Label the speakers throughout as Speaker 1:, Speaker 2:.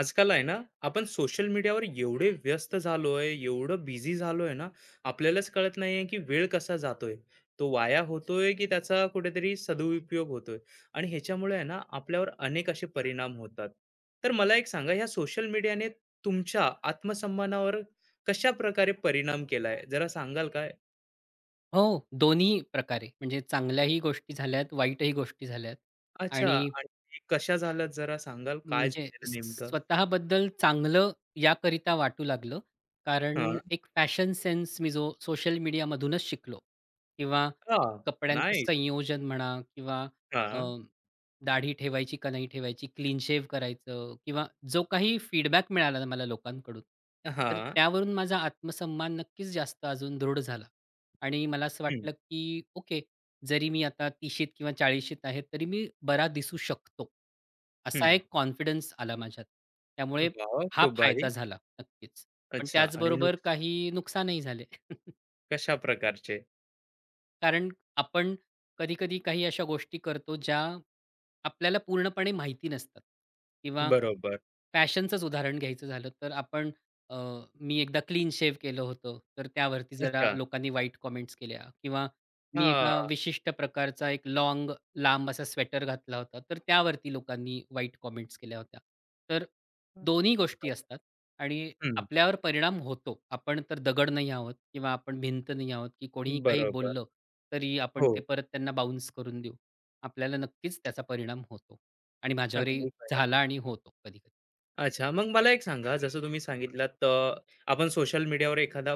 Speaker 1: आजकाल आहे ना, आपण सोशल मीडियावर एवढे व्यस्त झालोय, एवढं बिझी झालोय ना, आपल्यालाच कळत नाहीये की वेळ कसा जातोय. तो वाया होतोय की त्याचा कुठेतरी सदुपयोग होतोय आणि ह्याच्यामुळे आहे ना, आपल्यावर अनेक असे परिणाम होतात. तर मला एक सांगा, ह्या सोशल मीडियाने तुमच्या आत्मसन्मानावर कशाप्रकारे परिणाम केलाय? जरा सांगाल काय?
Speaker 2: हो, दोन्ही प्रकारे. म्हणजे चांगल्याही गोष्टी झाल्यात, वाईटही गोष्टी झाल्यात
Speaker 1: अच्छा
Speaker 2: आणि
Speaker 1: आणि कशा झाल्यात जरा सांगाल? काय
Speaker 2: म्हणजे
Speaker 1: झालेलं नेमकं?
Speaker 2: स्वतःबद्दल चांगलं याकरिता वाटू लागलं.
Speaker 1: हां.
Speaker 2: कारण एक फॅशन सेन्स मी जो सोशल मीडियामधूनच शिकलो किंवा
Speaker 1: हां.
Speaker 2: कपड्यांचं
Speaker 1: नाईस.
Speaker 2: संयोजन म्हणा किंवा अ,
Speaker 1: हां.
Speaker 2: दाढी ठेवायची का नाही ठेवायची, क्लीन शेव्ह करायचं किंवा जो काही फीडबॅक मिळाला ना मला लोकांकडून, तर
Speaker 1: हां.
Speaker 2: त्यावरून माझा आत्मसन्मान नक्कीच जास्त अजून दृढ झाला आणि मला असं
Speaker 1: हं,
Speaker 2: वाटलं, की ओके जरी मी आता 30शीत किंवा 40शीत आहे, तरी मी बरा दिसू शकतो. असा
Speaker 1: हं.
Speaker 2: एक कॉन्फिडन्स आला माझ्यात. त्यामुळे
Speaker 1: वाह!
Speaker 2: हा
Speaker 1: खूप भारी.
Speaker 2: फायदा झाला नक्कीच. पण
Speaker 1: अच्छा आणि
Speaker 2: त्याचबरोबर काही नुकसानही झाले.
Speaker 1: कशा प्रकारचे?
Speaker 2: कारण आपण कधी-कधी काही अशा गोष्टी करतो, ज्या आपल्याला पूर्णपणे माहिती नसतात किंवा
Speaker 1: बरोबर.
Speaker 2: फॅशनचंच उदाहरण घ्यायचं झालं, तर आपण अ, मी एकदा क्लीन शेव्ह केलं होतं, तर त्यावरती जरा
Speaker 1: अच्छा.
Speaker 2: लोकांनी वाईट कॉमेंट्स केल्या किंवा मी
Speaker 1: हां.
Speaker 2: एका विशिष्ट प्रकारचा एक लाँग, लांब असा स्वेटर घातला होता, तर त्यावरती लोकांनी वाईट कॉमेंट्स केल्या होत्या. तर दोन्ही गोष्टी असतात आणि
Speaker 1: हं.
Speaker 2: आपल्यावर परिणाम होतो. आपण तर दगड नाही आहोत किंवा आपण भिंत नाही आहोत, की कोणीही काही
Speaker 1: बरोबर.
Speaker 2: बोललं तरी आपण
Speaker 1: हो.
Speaker 2: ते परत त्यांना बाउन्स करून देऊ. आपल्याला नक्कीच त्याचा परिणाम होतो आणि माझ्यावरही
Speaker 1: अगदी खरं.
Speaker 2: झाला आणि होतो कधी-कधी.
Speaker 1: अच्छा, मग मला एक सांगा, जसं तुम्ही सांगितलात, आपण सोशल मीडियावर एखादा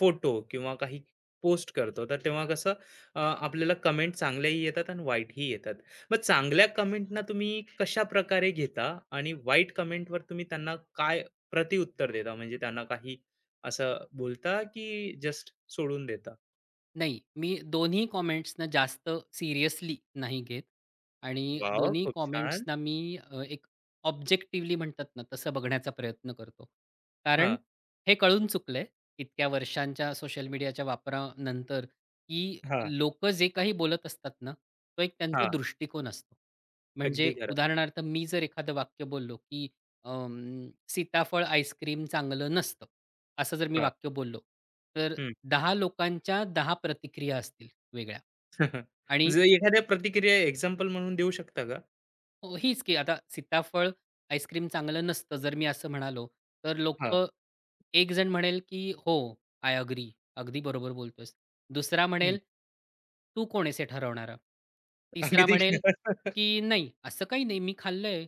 Speaker 1: फोटो किंवा काही पोस्ट करतो, तर तेव्हा कसं, आपल्याला कमेंट चांगल्याही येतात आणि वाईटही येतात. मग चांगल्या कमेंटना तुम्ही कशाप्रकारे घेता आणि वाईट कमेंटवर तुम्ही त्यांना काय प्रतिउत्तर देता? म्हणजे त्यांना काही असं बोलता की जस्ट सोडून देता?
Speaker 2: नाही, मी दोन्ही कॉमेंट्सना जास्त सीरियसली नाही घेत आणि
Speaker 1: वॉव!
Speaker 2: दोन्ही
Speaker 1: खूप छान.
Speaker 2: कॉमेंट्सना मी एक ऑब्जेक्टिव्हली म्हणतात ना, तसं बघण्याचा प्रयत्न करतो. कारण
Speaker 1: हां,
Speaker 2: हे कळून चुकलंय इतक्या वर्षांच्या सोशल मीडियाच्या वापरानंतर, की
Speaker 1: हां,
Speaker 2: लोकं जे काही बोलत असतात ना, तो एक त्यांचा
Speaker 1: हां.
Speaker 2: दृष्टिकोन असतो. म्हणजे
Speaker 1: अगदी खरं.
Speaker 2: उदाहरणार्थ मी जर एखादं वाक्य बोललो, की "सीताफळ आईस्क्रीम चांगलं नसतं." असं जर मी
Speaker 1: हां,
Speaker 2: वाक्य बोललो, तर
Speaker 1: हं.
Speaker 2: 10 लोकांच्या 10 प्रतिक्रिया असतील वेगळ्या
Speaker 1: जर
Speaker 2: आणि
Speaker 1: एखाद्या प्रतिक्रिया एक्झाम्पल म्हणून देऊ शकता का?
Speaker 2: हो, हीच की आता सीताफळ आईस्क्रीम चांगलं नसतं जर मी असं म्हणालो, तर
Speaker 1: हां.
Speaker 2: लोकं एक जण म्हणेल, की "हो, आय अग्री. अगदी बरोबर बोलतोयस." दुसरा म्हणेल, "तू कोण आहेस हे ठरवणारा?" तिसरा
Speaker 1: अगदी खरं.
Speaker 2: म्हणेल, की "नाही, असं काही नाही, मी खाल्लंय."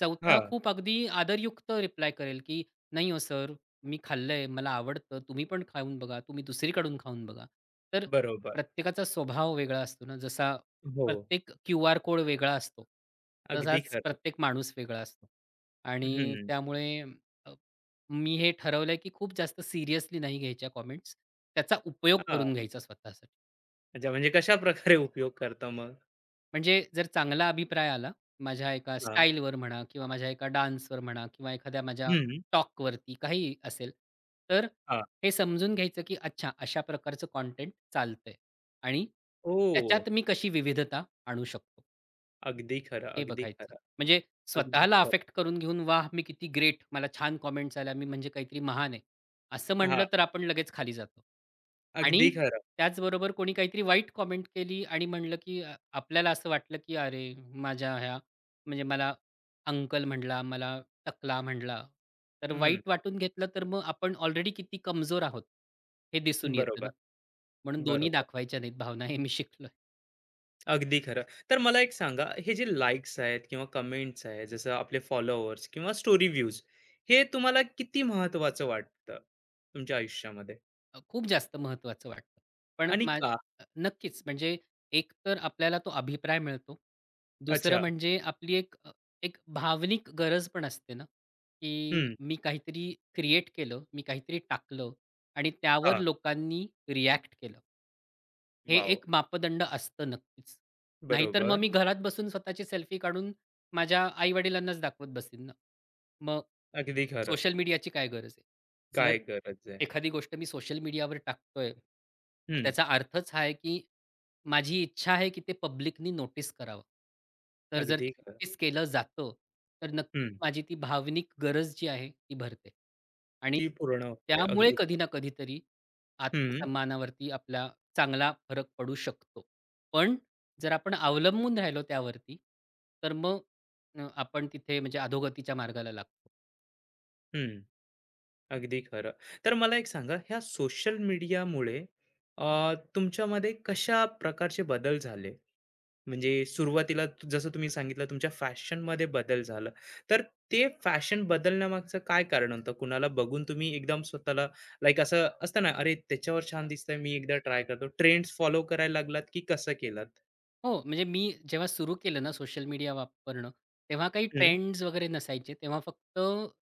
Speaker 2: चौथा
Speaker 1: हां,
Speaker 2: खूप अगदी आदरयुक्त रिप्लाय करेल, की "नाही हो सर, मी खाल्लंय, मला आवडतं. तुम्ही पण खाऊन बघा. तुम्ही दुसरीकडून खाऊन बघा." तर
Speaker 1: बरोबर.
Speaker 2: प्रत्येकाचा स्वभाव वेगळा असतो ना, जसा
Speaker 1: हो,
Speaker 2: प्रत्येक क्यूआर कोड वेगळा असतो.
Speaker 1: अगदी
Speaker 2: तसाच
Speaker 1: खरं.
Speaker 2: प्रत्येक माणूस वेगळा असतो. आणि
Speaker 1: हं.
Speaker 2: त्यामुळे अ, मी हे ठरवलंय की खूप जास्त सिरियसली नाही घ्यायच्या कॉमेंट्स. त्याचा उपयोग
Speaker 1: हां,
Speaker 2: करून घ्यायचा स्वतःसाठी.
Speaker 1: अच्छा म्हणजे कशाप्रकारे उपयोग करता मग?
Speaker 2: म्हणजे जर चांगला अभिप्राय आला माझ्या एका
Speaker 1: हां.
Speaker 2: स्टाईलवर म्हणा किंवा माझ्या एका डान्सवर म्हणा किंवा एखाद्या माझ्या
Speaker 1: हं,
Speaker 2: टॉकवरती काहीही असेल, तर
Speaker 1: हां.
Speaker 2: हे समजून घ्यायचं की अच्छा अशा प्रकारचं कंटेंट चालतंय आणि
Speaker 1: ओह!
Speaker 2: त्याच्यात मी कशी विविधता आणू शकतो.
Speaker 1: अगदी खरं,
Speaker 2: हे
Speaker 1: अगदी
Speaker 2: बघायचं.
Speaker 1: खरं,
Speaker 2: म्हणजे
Speaker 1: अगदी
Speaker 2: स्वतःला
Speaker 1: खरं.
Speaker 2: अफेक्ट करून घेऊन, "वाह! मी किती ग्रेट. मला छान कमेंट्स आल्या. मी म्हणजे काहीतरी महान आहे." असं
Speaker 1: हां,
Speaker 2: म्हटलं तर आपण लगेच खाली जातो. आणि
Speaker 1: अगदी खरं.
Speaker 2: त्याचबरोबर कोणी काहीतरी वाईट कमेंट केली आणि म्हणलं, की अ, आपल्याला असं वाटलं, की "अरे, माझ्या ह्या म्हणजे मला अंकल म्हटला, मला टकला म्हटला." तर
Speaker 1: हं,
Speaker 2: वाईट वाटून घेतलं तर मग आपण ऑलरेडी किती कमजोर आहोत, हे दिसून येतं
Speaker 1: बरोबर,
Speaker 2: ना. म्हणून दोन्ही
Speaker 1: बरोबर.
Speaker 2: दाखवायच्या नाहीत भावना, हे मी शिकलो.
Speaker 1: अगदी खरं. तर मला एक सांगा, हे जे लाइक्स आहेत किंवा कमेंट्स आहेत, जसं आपले फॉलोवर्स किंवा स्टोरी व्ह्यूज, हे तुम्हाला किती महत्त्वाचं वाटतं तुमच्या आयुष्यामध्ये?
Speaker 2: खूप जास्त महत्त्वाचं वाटतं. पण
Speaker 1: आणि का?
Speaker 2: नक्कीच म्हणजे एक तर आपल्याला तो अभिप्राय मिळतो. दुसरं
Speaker 1: अच्छा.
Speaker 2: म्हणजे आपली एक एक भावनिक गरज पण असते ना, की
Speaker 1: हं,
Speaker 2: मी काहीतरी क्रिएट केलं, मी काहीतरी टाकलं आणि त्यावर
Speaker 1: हां.
Speaker 2: लोकांनी रिएक्ट केलं. हे
Speaker 1: वॉव!
Speaker 2: एक मापदंड असतं नक्कीच. नाहीतर मग
Speaker 1: बरोबर.
Speaker 2: मी घरात बसून स्वतःची सेल्फी काढून माझ्या आई-वडिलांनाच दाखवत बसेन ना. मग
Speaker 1: अगदी खरं.
Speaker 2: सोशल मीडियाची काय गरज आहे?
Speaker 1: काय
Speaker 2: जर
Speaker 1: गरज आहे?
Speaker 2: एखादी गोष्ट मी सोशल मीडियावर टाकतोय, तर
Speaker 1: हं,
Speaker 2: त्याचा अर्थच हा आहे, की माझी इच्छा आहे, की ते पब्लिकनी नोटीस करावं. तर जर
Speaker 1: अगदी
Speaker 2: ते
Speaker 1: खरं.
Speaker 2: नोटीस केलं जातं, तर नक्कीच
Speaker 1: हं,
Speaker 2: माझी ती भावनिक गरज जी आहे ती भरते. आणि
Speaker 1: ती पूर्ण होते.
Speaker 2: त्यामुळे
Speaker 1: अगदी
Speaker 2: कधी
Speaker 1: खरं.
Speaker 2: ना कधीतरी
Speaker 1: हं,
Speaker 2: आत्मसन्मानावरती आपला चांगला फरक पडू शकतो. पण जर आपण अवलंबून राहिलो त्यावरती, तर मग आपण तिथे म्हणजे अधोगतीच्या मार्गाला लागतो.
Speaker 1: हं. अगदी खरं. तर मला एक सांगा, ह्या सोशल मीडियामुळे, तुमच्यामध्ये कशा प्रकारचे बदल झाले? म्हणजे सुरुवातीला जसं तुम्ही सांगितलं तुमच्या फॅशनमध्ये बदल झाला. तर ते फॅशन बदलण्यामागचं काय कारण होतं? कुणाला बघून तुम्ही एकदम स्वतःला लाइक असं असतं ना, "अरे, त्याच्यावर छान दिसतंय, मी एकदा ट्राय करतो." ट्रेंड्स फॉलो करायला लागलात की कसं केलात?
Speaker 2: हो, म्हणजे मी जेव्हा सुरू केलं ना सोशल मीडिया वापरणं, तेव्हा काही
Speaker 1: हं,
Speaker 2: ट्रेंड्स वगैरे नसायचे. तेव्हा फक्त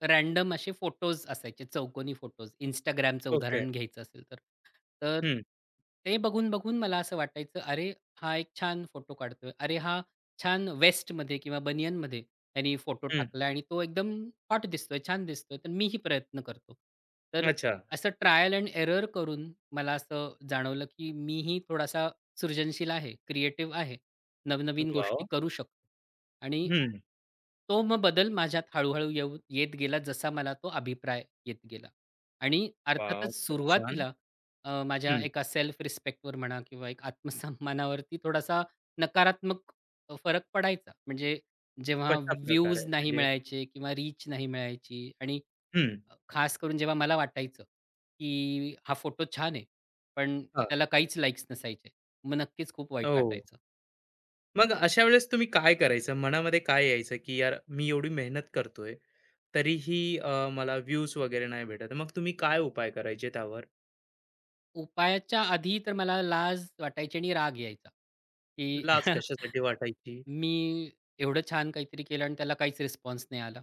Speaker 2: रँडम असे फोटोज असायचे, चौकोनी फोटोज. Instagramचं
Speaker 1: ओके.
Speaker 2: उदाहरण घ्यायचं असेल तर. तर ते बघून-बघून मला असं वाटायचं, "अरे, हा एक छान फोटो काढतोय. अरे, हा छान वेस्टमध्ये किंवा बनियनमध्ये त्यानी फोटो
Speaker 1: हं.
Speaker 2: टाकला आणि तो एकदम हॉट दिसतोय, छान दिसतोय. तर मीही प्रयत्न करतो." तर
Speaker 1: अच्छा.
Speaker 2: असं ट्रायल एंड एरर करून मला असं जाणवलं, की मीही थोडासा सृजनशील आहे, क्रिएटिव्ह आहे. नवनवीन
Speaker 1: वॉव!
Speaker 2: गोष्टी करू शकतो आणि
Speaker 1: हं.
Speaker 2: तो मग बदल माझ्यात हळू-हळू येत गेला जसा मला तो अभिप्राय येत गेला. आणि
Speaker 1: वॉव!
Speaker 2: अर्थातच
Speaker 1: खूप छान.
Speaker 2: सुरुवातीला माझ्या
Speaker 1: हं.
Speaker 2: एका सेल्फ रिस्पेक्टवर म्हणा किंवा एक आत्मसन्मानावरती थोडासा नकारात्मक फरक पडायचा. म्हणजे जेव्हा
Speaker 1: कशाप्रकारे
Speaker 2: व्ह्यूज नाही
Speaker 1: म्हणजे
Speaker 2: मिळायचे किंवा रीच नाही मिळायची आणि
Speaker 1: हं.
Speaker 2: खास करून जेव्हा मला वाटायचं, की हा फोटो छान आहे, पण
Speaker 1: हां.
Speaker 2: त्याला काहीच लाइक्स नसायचे. मग नक्कीच खूप वाईट
Speaker 1: हो.
Speaker 2: वाटायचं.
Speaker 1: मग अशा वेळेस तुम्ही काय करायचं? मनामध्ये काय यायचं, की यार मी एवढी मेहनत करतोय, तरीही, मला व्ह्यूज वगैरे नाही भेटत. मग तुम्ही काय उपाय करायचे त्यावर?
Speaker 2: उपायाच्या आधी तर मला लाज वाटायची आणि राग यायचा, की
Speaker 1: लाज कशासाठी वाटायची?
Speaker 2: मी एवढं छान काहीतरी केलं आणि त्याला काहीच रिस्पॉन्स नाही आला.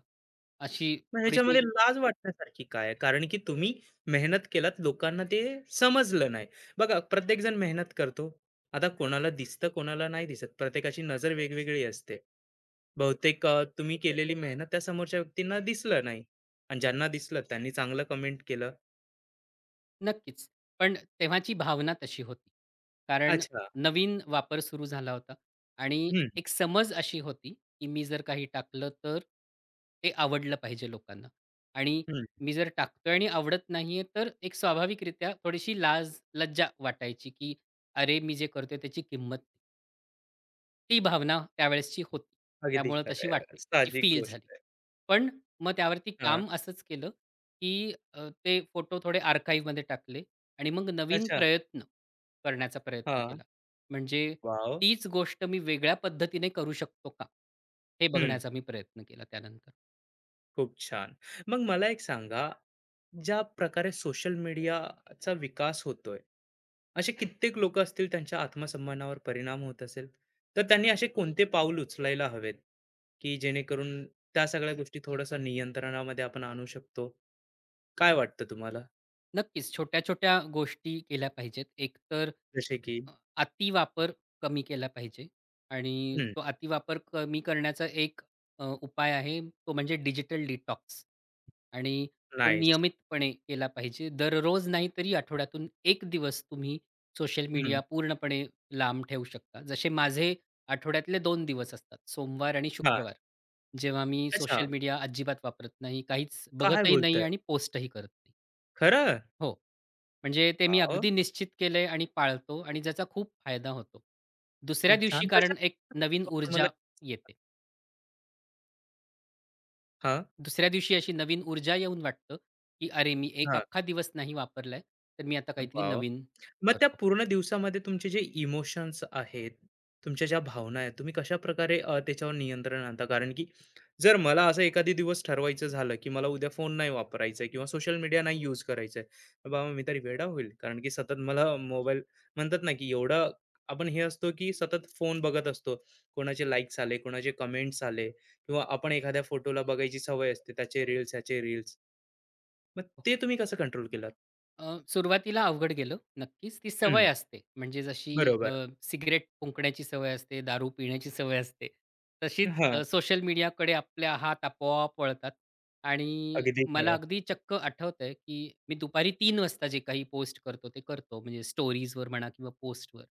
Speaker 2: अशी
Speaker 1: मग ह्याच्यामध्ये
Speaker 2: थोडीशी
Speaker 1: लाज वाटण्यासारखी काय आहे? कारण की तुम्ही मेहनत केलात, लोकांना ते समजलं नाही. बघा प्रत्येकजण मेहनत करतो. आता कोणाला दिसतं, कोणाला नाही दिसत. प्रत्येकाची नजर वेगवेगळी असते. बहुतेक, तुम्ही केलेली मेहनत त्या समोरच्या व्यक्तींना दिसलं नाही आणि ज्यांना दिसलं त्यांनी चांगलं कमेंट केलं.
Speaker 2: नक्कीच. पण तेव्हाची भावना तशी होती. कारण
Speaker 1: अच्छा.
Speaker 2: नवीन वापर सुरू झाला होता आणि
Speaker 1: हं,
Speaker 2: एक समज अशी होती, की मी जर काही टाकलं तर ते आवडलं पाहिजे लोकांना आणि
Speaker 1: हं.
Speaker 2: मी जर टाकतोय आणि आवडत नाहीये, तर एक स्वाभाविकरित्या थोडीशी लाज, लज्जा वाटायची, की "अरे, मी जे करतोय त्याची किंमत" नाही. ती भावना त्यावेळेसची होती.
Speaker 1: अगदी
Speaker 2: त्यामुळं
Speaker 1: खरं
Speaker 2: तशी
Speaker 1: आहे.
Speaker 2: वाटली. ती
Speaker 1: साहजिक
Speaker 2: फील
Speaker 1: गोष्ट
Speaker 2: झाली.
Speaker 1: आहे.
Speaker 2: पण मग त्यावरती
Speaker 1: हां.
Speaker 2: काम असंच केलं, की ते फोटो थोडे आर्काइव्हमध्ये टाकले आणि मग नवीन
Speaker 1: अच्छा.
Speaker 2: प्रयत्न करण्याचा प्रयत्न
Speaker 1: हां.
Speaker 2: केला. म्हणजे
Speaker 1: वॉव!
Speaker 2: तीच गोष्ट मी वेगळ्या पद्धतीने करू शकतो का? हे
Speaker 1: हं.
Speaker 2: बघण्याचा मी प्रयत्न केला त्यानंतर.
Speaker 1: खूप छान. मग मला एक सांगा, ज्या प्रकारे सोशल मीडियाचा विकास होतोय, असे कित्येक लोक असतील, त्यांच्या आत्मसन्मानावर परिणाम होत असेल, तर त्यांनी असे कोणते पाऊल उचलायला हवेत, की जेणेकरून त्या सगळ्या गोष्टी थोडासा नियंत्रणामध्ये आपण आणू शकतो. काय वाटतं तुम्हाला?
Speaker 2: नक्कीच, छोट्या-छोट्या गोष्टी केल्या पाहिजेत. एकतर
Speaker 1: जसे की
Speaker 2: अ, अतिवापर कमी केला पाहिजे आणि
Speaker 1: हम्म.
Speaker 2: तो अतिवापर कमी करण्याचा एक उपाय आहे तो म्हणजे डिजिटल डिटॉक्स आणि तो
Speaker 1: नाईस.
Speaker 2: नियमितपणे केला पाहिजे. दररोज नाही तरी आठवड्यातून एक दिवस तुम्ही सोशल
Speaker 1: हम्म.
Speaker 2: मीडिया पूर्णपणे लांब ठेवू शकता. जसे माझे आठवड्यातले 2 दिवस असतात, सोमवार आणि
Speaker 1: हा.
Speaker 2: शुक्रवार, जेव्हा मी
Speaker 1: अच्छा.
Speaker 2: सोशल मीडिया अजिबात वापरत नाही, काहीच
Speaker 1: काय
Speaker 2: बघतही नाही
Speaker 1: बोलताय
Speaker 2: आणि पोस्टही करत नाही.
Speaker 1: खरं?
Speaker 2: हो. म्हणजे ते मी
Speaker 1: वाव.
Speaker 2: अगदी निश्चित केलंय आणि पाळतो आणि ज्याचा खूप फायदा होतो. दुसऱ्या
Speaker 1: खूप
Speaker 2: दिवशी
Speaker 1: छान. कशा
Speaker 2: कारण एक नवीन
Speaker 1: तुम्हाला?
Speaker 2: ऊर्जा येते.
Speaker 1: हा.
Speaker 2: दुसऱ्या दिवशी अशी नवीन ऊर्जा येऊन वाटतं, की अरे, मी एक
Speaker 1: हा.
Speaker 2: अख्खा दिवस नाही वापरलाय, तर मी आता काहीतरी
Speaker 1: वाव.
Speaker 2: नवीन
Speaker 1: मग त्या
Speaker 2: करतो.
Speaker 1: पूर्ण दिवसामध्ये तुमचे जे इमोशन्स आहेत, तुमच्या ज्या भावना आहेत, तुम्ही कशा प्रकारे, त्याच्यावर नियंत्रण आणता? कारण की जर मला असं एखादी दिवस ठरवायचं झालं, की मला उद्या फोन नाही वापरायचा आहे किंवा सोशल मीडिया नाही यूज करायचा आहे. बाबा मी तरी वेडा होईल. कारण की सतत मला मोबाईल म्हणतात ना, की एवढं आपण हे असतो, की सतत फोन बघत असतो. कोणाचे लाईक्स आले, कोणाचे कमेंट्स आले किंवा आपण एखाद्या फोटोला बघायची सवय असते. त्याचे रील्स, ह्याचे रील्स. मग ते तुम्ही कसं कंट्रोल केलात?
Speaker 2: सुरुवातीला अवघड गेलं. नक्कीच ती
Speaker 1: हं,
Speaker 2: सवय असते. म्हणजे जशी अ,
Speaker 1: बरोबर.
Speaker 2: सिगारेट फुंकण्याची सवय असते, दारू पिण्याची सवय असते. तशीच
Speaker 1: हां,
Speaker 2: सोशल मीडियाकडे आपल्या हात आपोआप वळतात आणि
Speaker 1: अगदी
Speaker 2: मला
Speaker 1: खरं.
Speaker 2: अगदी चक्क आठवतंय, की मी दुपारी 3 वाजता जे काही पोस्ट करतो, ते करतो. म्हणजे स्टोरीजवर म्हणा किंवा पोस्टवर.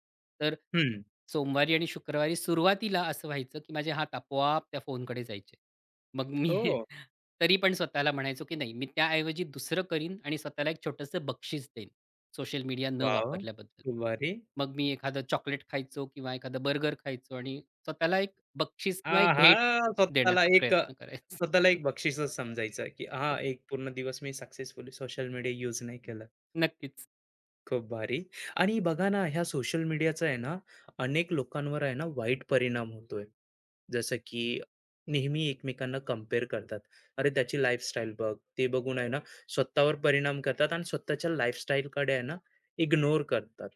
Speaker 2: तर
Speaker 1: हं.
Speaker 2: सोमवारी आणि शुक्रवारी सुरुवातीला असं व्हायचं, की माझे हात आपोआप त्या फोनकडे जायचे. मग मी
Speaker 1: ओह!
Speaker 2: तरी पण स्वतःला म्हणायचो, की नाही मी त्याऐवजी दुसरं करीन आणि स्वतःला एक छोटंसं बक्षीस देईन, सोशल मीडिया न
Speaker 1: वाह!
Speaker 2: वापरल्याबद्दल.
Speaker 1: खूप भारी.
Speaker 2: मग मी एखादं चॉकलेट खायचो किंवा एखादं बर्गर खायचो आणि स्वतःला एक बक्षीस किंवा एक भेट
Speaker 1: आहा! स्वतःला
Speaker 2: देण्याचा
Speaker 1: एक अ,
Speaker 2: प्रयत्न करायचो.
Speaker 1: स्वतःला एक बक्षीसच समजायचं, की हां, एक पूर्ण दिवस मी सक्सेसफुली सोशल मीडिया यूज नाही केलं.
Speaker 2: नक्कीच.
Speaker 1: खूप भारी. आणि बघा ना, ह्या सोशल मीडियाचा आहे ना, अनेक लोकांवर आहे ना, वाईट परिणाम होतोय. जसं की नेहमी एकमेकांना कंपेअर करतात. "अरे, त्याची लाईफस्टाईल बघ." ते बघून आहे ना, स्वतःवर परिणाम करतात आणि स्वतःच्या लाईफस्टाईलकडे आहे ना, इग्नोर करतात.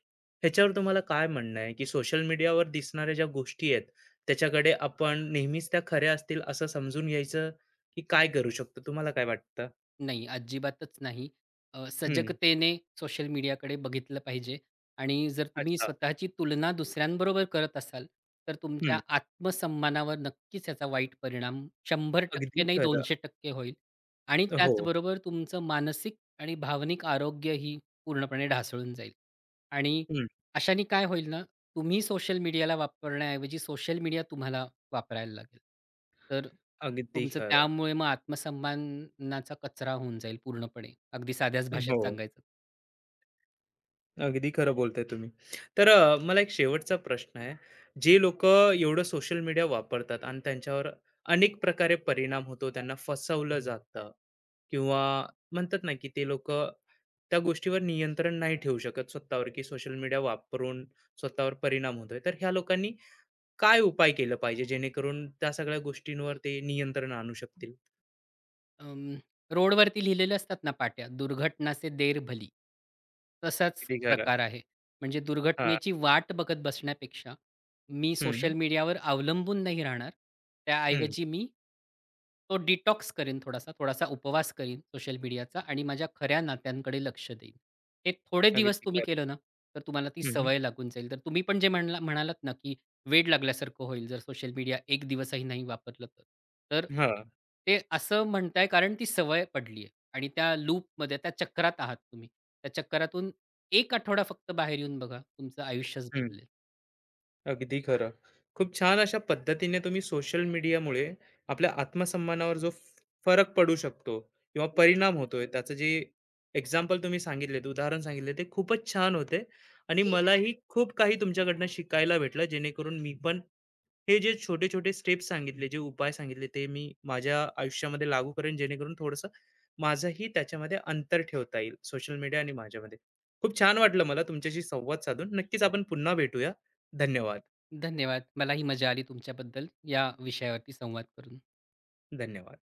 Speaker 1: ह्याच्यावर तुम्हाला काय म्हणणं आहे, की सोशल मीडियावर दिसणाऱ्या ज्या गोष्टी आहेत, त्याच्याकडे आपण नेहमीच त्या खऱ्या असतील असं समजून घ्यायचं, की काय करू शकतो? तुम्हाला काय वाटतं?
Speaker 2: नाही, अजिबातच नाही.
Speaker 1: हं.
Speaker 2: सजगतेने सोशल मीडियाकडे बघितलं पाहिजे आणि जर तुम्ही
Speaker 1: अच्छा.
Speaker 2: स्वतःची तुलना दुसऱ्यांबरोबर करत असाल, तर
Speaker 1: हं.
Speaker 2: तुमच्या आत्मसन्मानावर नक्कीच याचा वाईट परिणाम
Speaker 1: अगदी
Speaker 2: 100% नाही
Speaker 1: खरं.
Speaker 2: 200% होईल आणि
Speaker 1: हो.
Speaker 2: त्याचबरोबर तुमचं मानसिक आणि भावनिक आरोग्यही पूर्णपणे ढासळून जाईल आणि अशाने काय होईल ना, तुम्ही सोशल मीडियाला वापरण्याऐवजी सोशल मीडिया तुम्हाला वापरायला लागेल. तर
Speaker 1: अगदी
Speaker 2: तुमचं हो.
Speaker 1: खरं.
Speaker 2: त्यामुळे मग आत्मसन्मानाचा कचरा होऊन जाईल पूर्णपणे. अगदी साध्याच भाषेत
Speaker 1: हो.
Speaker 2: सांगायचं
Speaker 1: अगदी खरं बोलताय तुम्ही. तर, मला एक शेवटचा प्रश्न आहे. जे लोक एवढं सोशल मीडिया वापरतात आणि त्यांच्यावर अनेक प्रकारे परिणाम होतो, त्यांना फसवलं जातं किंवा म्हणतात ना, की ते लोक त्या गोष्टीवर नियंत्रण नाही ठेवू शकत स्वतःवर, की सोशल मीडिया वापरून स्वतःवर परिणाम होतोय. तर ह्या लोकांनी काय उपाय केलं पाहिजे जेणेकरून त्या सगळ्या गोष्टींवर ते नियंत्रण आणू शकतील?
Speaker 2: अं, रोडवरती लिहिलेले असतात ना पाट्या, दुर्घटना से देर भली. तसाच
Speaker 1: अगदी खरं.
Speaker 2: प्रकार आहे. म्हणजे
Speaker 1: हां.
Speaker 2: दुर्घटनेची वाट बघत बसण्यापेक्षा मी
Speaker 1: हं,
Speaker 2: सोशल
Speaker 1: हं.
Speaker 2: मीडियावर अवलंबून नाही राहणार. त्याऐवजी मी तो डिटॉक्स करेन थोडासा, थोडासा उपवास करीन सोशल मीडियाचा आणि माझ्या खऱ्या नात्यांकडे लक्ष देईन. हे थोडे दिवस
Speaker 1: अगदी
Speaker 2: तुम्ही
Speaker 1: खरं.
Speaker 2: केलं ना, तर तुम्हाला ती
Speaker 1: हं, हं.
Speaker 2: सवय लागून जाईल. तर तुम्ही पण जे म्हणालात ना, की वेड लागल्यासारखं होईल जर सोशल मीडिया एक दिवसही नाही वापरलं तर. तर ते असं म्हणताय कारण ती सवय पडली आहे आणि त्या लूपमध्ये त्या चक्रात आहात तुम्ही. त्या चक्रातून एक आठवडा फक्त बाहेर येऊन बघा, तुमचं आयुष्यच बदलेल.
Speaker 1: अगदी खरं. खूप छान अशा पद्धतीने तुम्ही सोशल मीडियामुळे आपल्या आत्मसन्मानावर जो फरक पडू शकतो किंवा परिणाम होतोय, त्याचं जे एक्झाम्पल तुम्ही सांगितलेत, उदाहरण सांगितले ते खूपच छान होते आणि हं. मलाही खूप काही तुमच्याकडनं शिकायला भेटलं जेणेकरून मी पण हे जे छोटे-छोटे स्टेप्स सांगितले, जे उपाय सांगितले ते मी माझ्या आयुष्यामध्ये लागू करेन जेणेकरून थोडंसं माझंही त्याच्यामध्ये अंतर ठेवता येईल सोशल मीडिया आणि माझ्यामध्ये. खूप छान वाटलं मला तुमच्याशी संवाद साधून. नक्कीच आपण पुन्हा भेटूया. धन्यवाद.
Speaker 2: धन्यवाद. मलाही मजा आली तुमच्याबद्दल या विषयावरती संवाद करून.
Speaker 1: धन्यवाद.